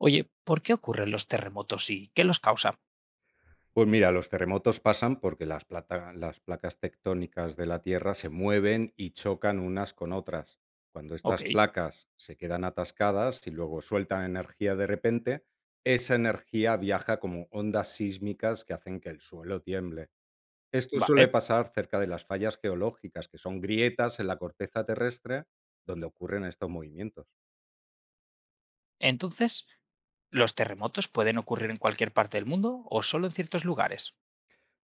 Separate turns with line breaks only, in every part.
Oye, ¿por qué ocurren los terremotos y qué los causa?
Pues mira, los terremotos pasan porque las placas tectónicas de la Tierra se mueven y chocan unas con otras. Cuando
Ok,
estas placas se quedan atascadas y luego sueltan energía de repente, esa energía viaja como ondas sísmicas que hacen que el suelo tiemble. Esto suele
vale.
pasar cerca de las fallas geológicas, que son grietas en la corteza terrestre donde ocurren estos movimientos.
Entonces, ¿los terremotos pueden ocurrir en cualquier parte del mundo o solo en ciertos lugares?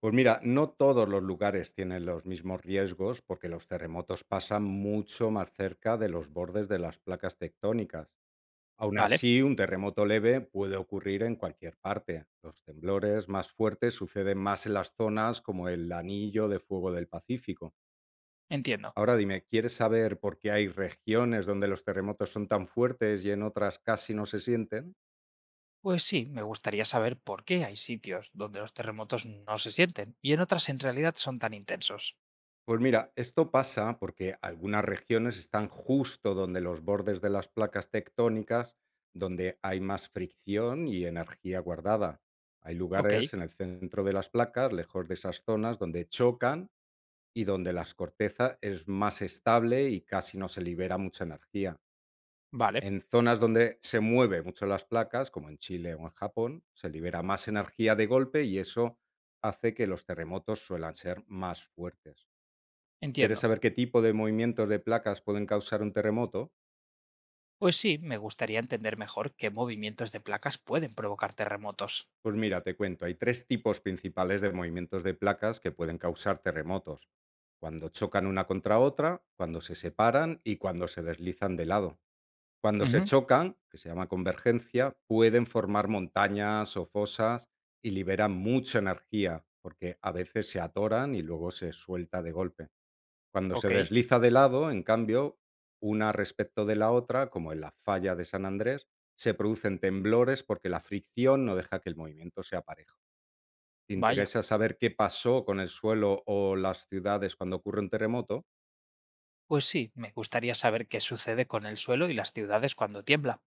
Pues mira, no todos los lugares tienen los mismos riesgos porque los terremotos pasan mucho más cerca de los bordes de las placas tectónicas. Aún
Vale,
así, un terremoto leve puede ocurrir en cualquier parte. Los temblores más fuertes suceden más en las zonas como el anillo de fuego del Pacífico.
entiendo.
Ahora dime, ¿quieres saber por qué hay regiones donde los terremotos son tan fuertes y en otras casi no se sienten?
Pues sí, me gustaría saber por qué hay sitios donde los terremotos no se sienten y en otras en realidad son tan intensos.
Pues mira, esto pasa porque algunas regiones están justo donde los bordes de las placas tectónicas, donde hay más fricción y energía guardada. Hay
Ok,
lugares en el centro de las placas, lejos de esas zonas, donde chocan y donde la corteza es más estable y casi no se libera mucha energía.
vale,
En zonas donde se mueve mucho las placas, como en Chile o en Japón, se libera más energía de golpe y eso hace que los terremotos suelan ser más fuertes. ¿Quieres
entiendo.
saber qué tipo de movimientos de placas pueden causar un terremoto?
Pues sí, me gustaría entender mejor qué movimientos de placas pueden provocar terremotos.
Pues mira, te cuento, hay tres tipos principales de movimientos de placas que pueden causar terremotos. Cuando chocan una contra otra, cuando se separan y cuando se deslizan de lado. Cuando se
Ujú,
chocan, que se llama convergencia, pueden formar montañas o fosas y liberan mucha energía, porque a veces se atoran y luego se suelta de golpe. Cuando
ok,
se desliza de lado, en cambio, una respecto de la otra, como en la falla de San Andrés, se producen temblores porque la fricción no deja que el movimiento sea parejo. ¿Te
vaya.
interesa saber qué pasó con el suelo o las ciudades cuando ocurre un terremoto?
Pues sí, me gustaría saber qué sucede con el suelo y las ciudades cuando tiembla.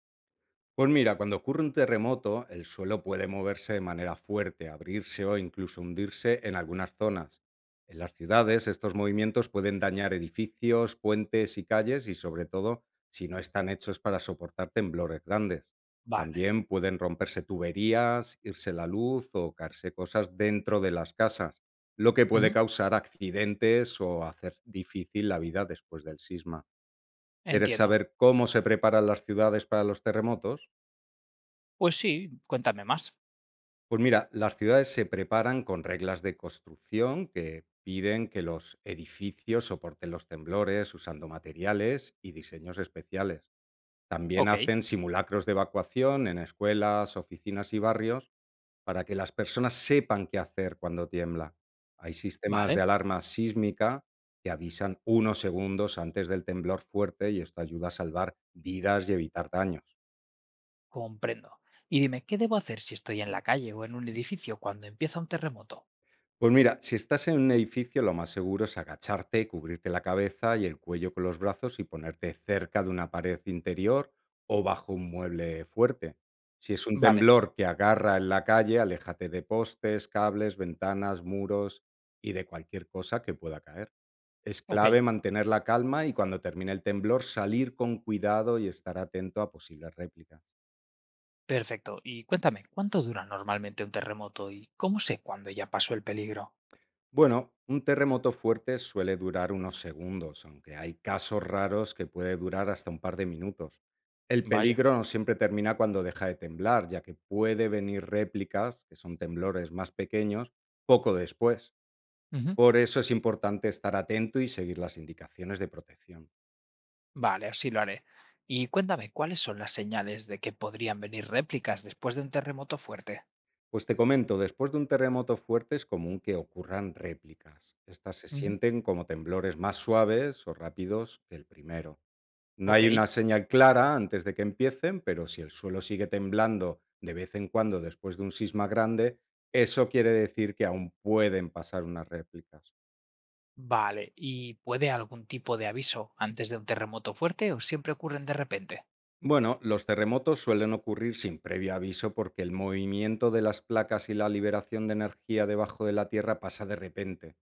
Pues mira, cuando ocurre un terremoto, el suelo puede moverse de manera fuerte, abrirse o incluso hundirse en algunas zonas. En las ciudades, estos movimientos pueden dañar edificios, puentes y calles y sobre todo si no están hechos para soportar temblores grandes.
Vale,
También pueden romperse tuberías, irse la luz o caerse cosas dentro de las casas, lo que puede
ujú,
causar accidentes o hacer difícil la vida después del sisma. ¿Quieres
entiendo.
saber cómo se preparan las ciudades para los terremotos?
Pues sí, cuéntame más.
Pues mira, las ciudades se preparan con reglas de construcción que piden que los edificios soporten los temblores usando materiales y diseños especiales. También
Ok,
hacen simulacros de evacuación en escuelas, oficinas y barrios para que las personas sepan qué hacer cuando tiembla. Hay sistemas de
vale,
alarma sísmica que avisan unos segundos antes del temblor fuerte y esto ayuda a salvar vidas y evitar daños.
comprendo. Y dime, ¿qué debo hacer si estoy en la calle o en un edificio cuando empieza un terremoto?
Pues mira, si estás en un edificio, lo más seguro es agacharte, cubrirte la cabeza y el cuello con los brazos y ponerte cerca de una pared interior o bajo un mueble fuerte. Si es un
Vale,
temblor que agarra en la calle, aléjate de postes, cables, ventanas, muros y de cualquier cosa que pueda caer. Es
ok,
clave mantener la calma y cuando termine el temblor salir con cuidado y estar atento a posibles réplicas.
perfecto. Y cuéntame, ¿cuánto dura normalmente un terremoto y cómo sé cuándo ya pasó el peligro?
Bueno, un terremoto fuerte suele durar unos segundos, aunque hay casos raros que puede durar hasta un par de minutos. El
Vaya.
peligro no siempre termina cuando deja de temblar, ya que puede venir réplicas, que son temblores más pequeños, poco después.
Ujú,
Por eso es importante estar atento y seguir las indicaciones de protección.
vale, así lo haré. Y cuéntame, ¿cuáles son las señales de que podrían venir réplicas después de un terremoto fuerte?
Pues te comento, después de un terremoto fuerte es común que ocurran réplicas. Estas se
Ujú,
sienten como temblores más suaves o rápidos que el primero. No
ok.
hay una señal clara antes de que empiecen, pero si el suelo sigue temblando de vez en cuando después de un sisma grande, eso quiere decir que aún pueden pasar unas réplicas.
Vale, ¿y puede algún tipo de aviso antes de un terremoto fuerte o siempre ocurren de repente?
Bueno, los terremotos suelen ocurrir sin previo aviso porque el movimiento de las placas y la liberación de energía debajo de la Tierra pasa de repente.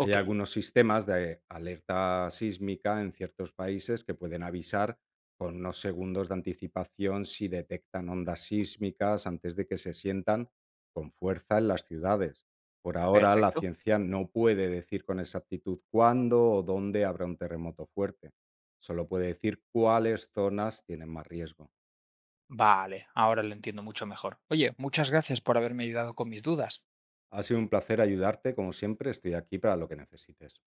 Hay algunos sistemas de alerta sísmica en ciertos países que pueden avisar con unos segundos de anticipación si detectan ondas sísmicas antes de que se sientan con fuerza en las ciudades. Por ahora, la
perfecto.
ciencia no puede decir con exactitud cuándo o dónde habrá un terremoto fuerte. Solo puede decir cuáles zonas tienen más riesgo.
Vale, ahora lo entiendo mucho mejor. Oye, muchas gracias por haberme ayudado con mis dudas.
Ha sido un placer ayudarte, como siempre, estoy aquí para lo que necesites.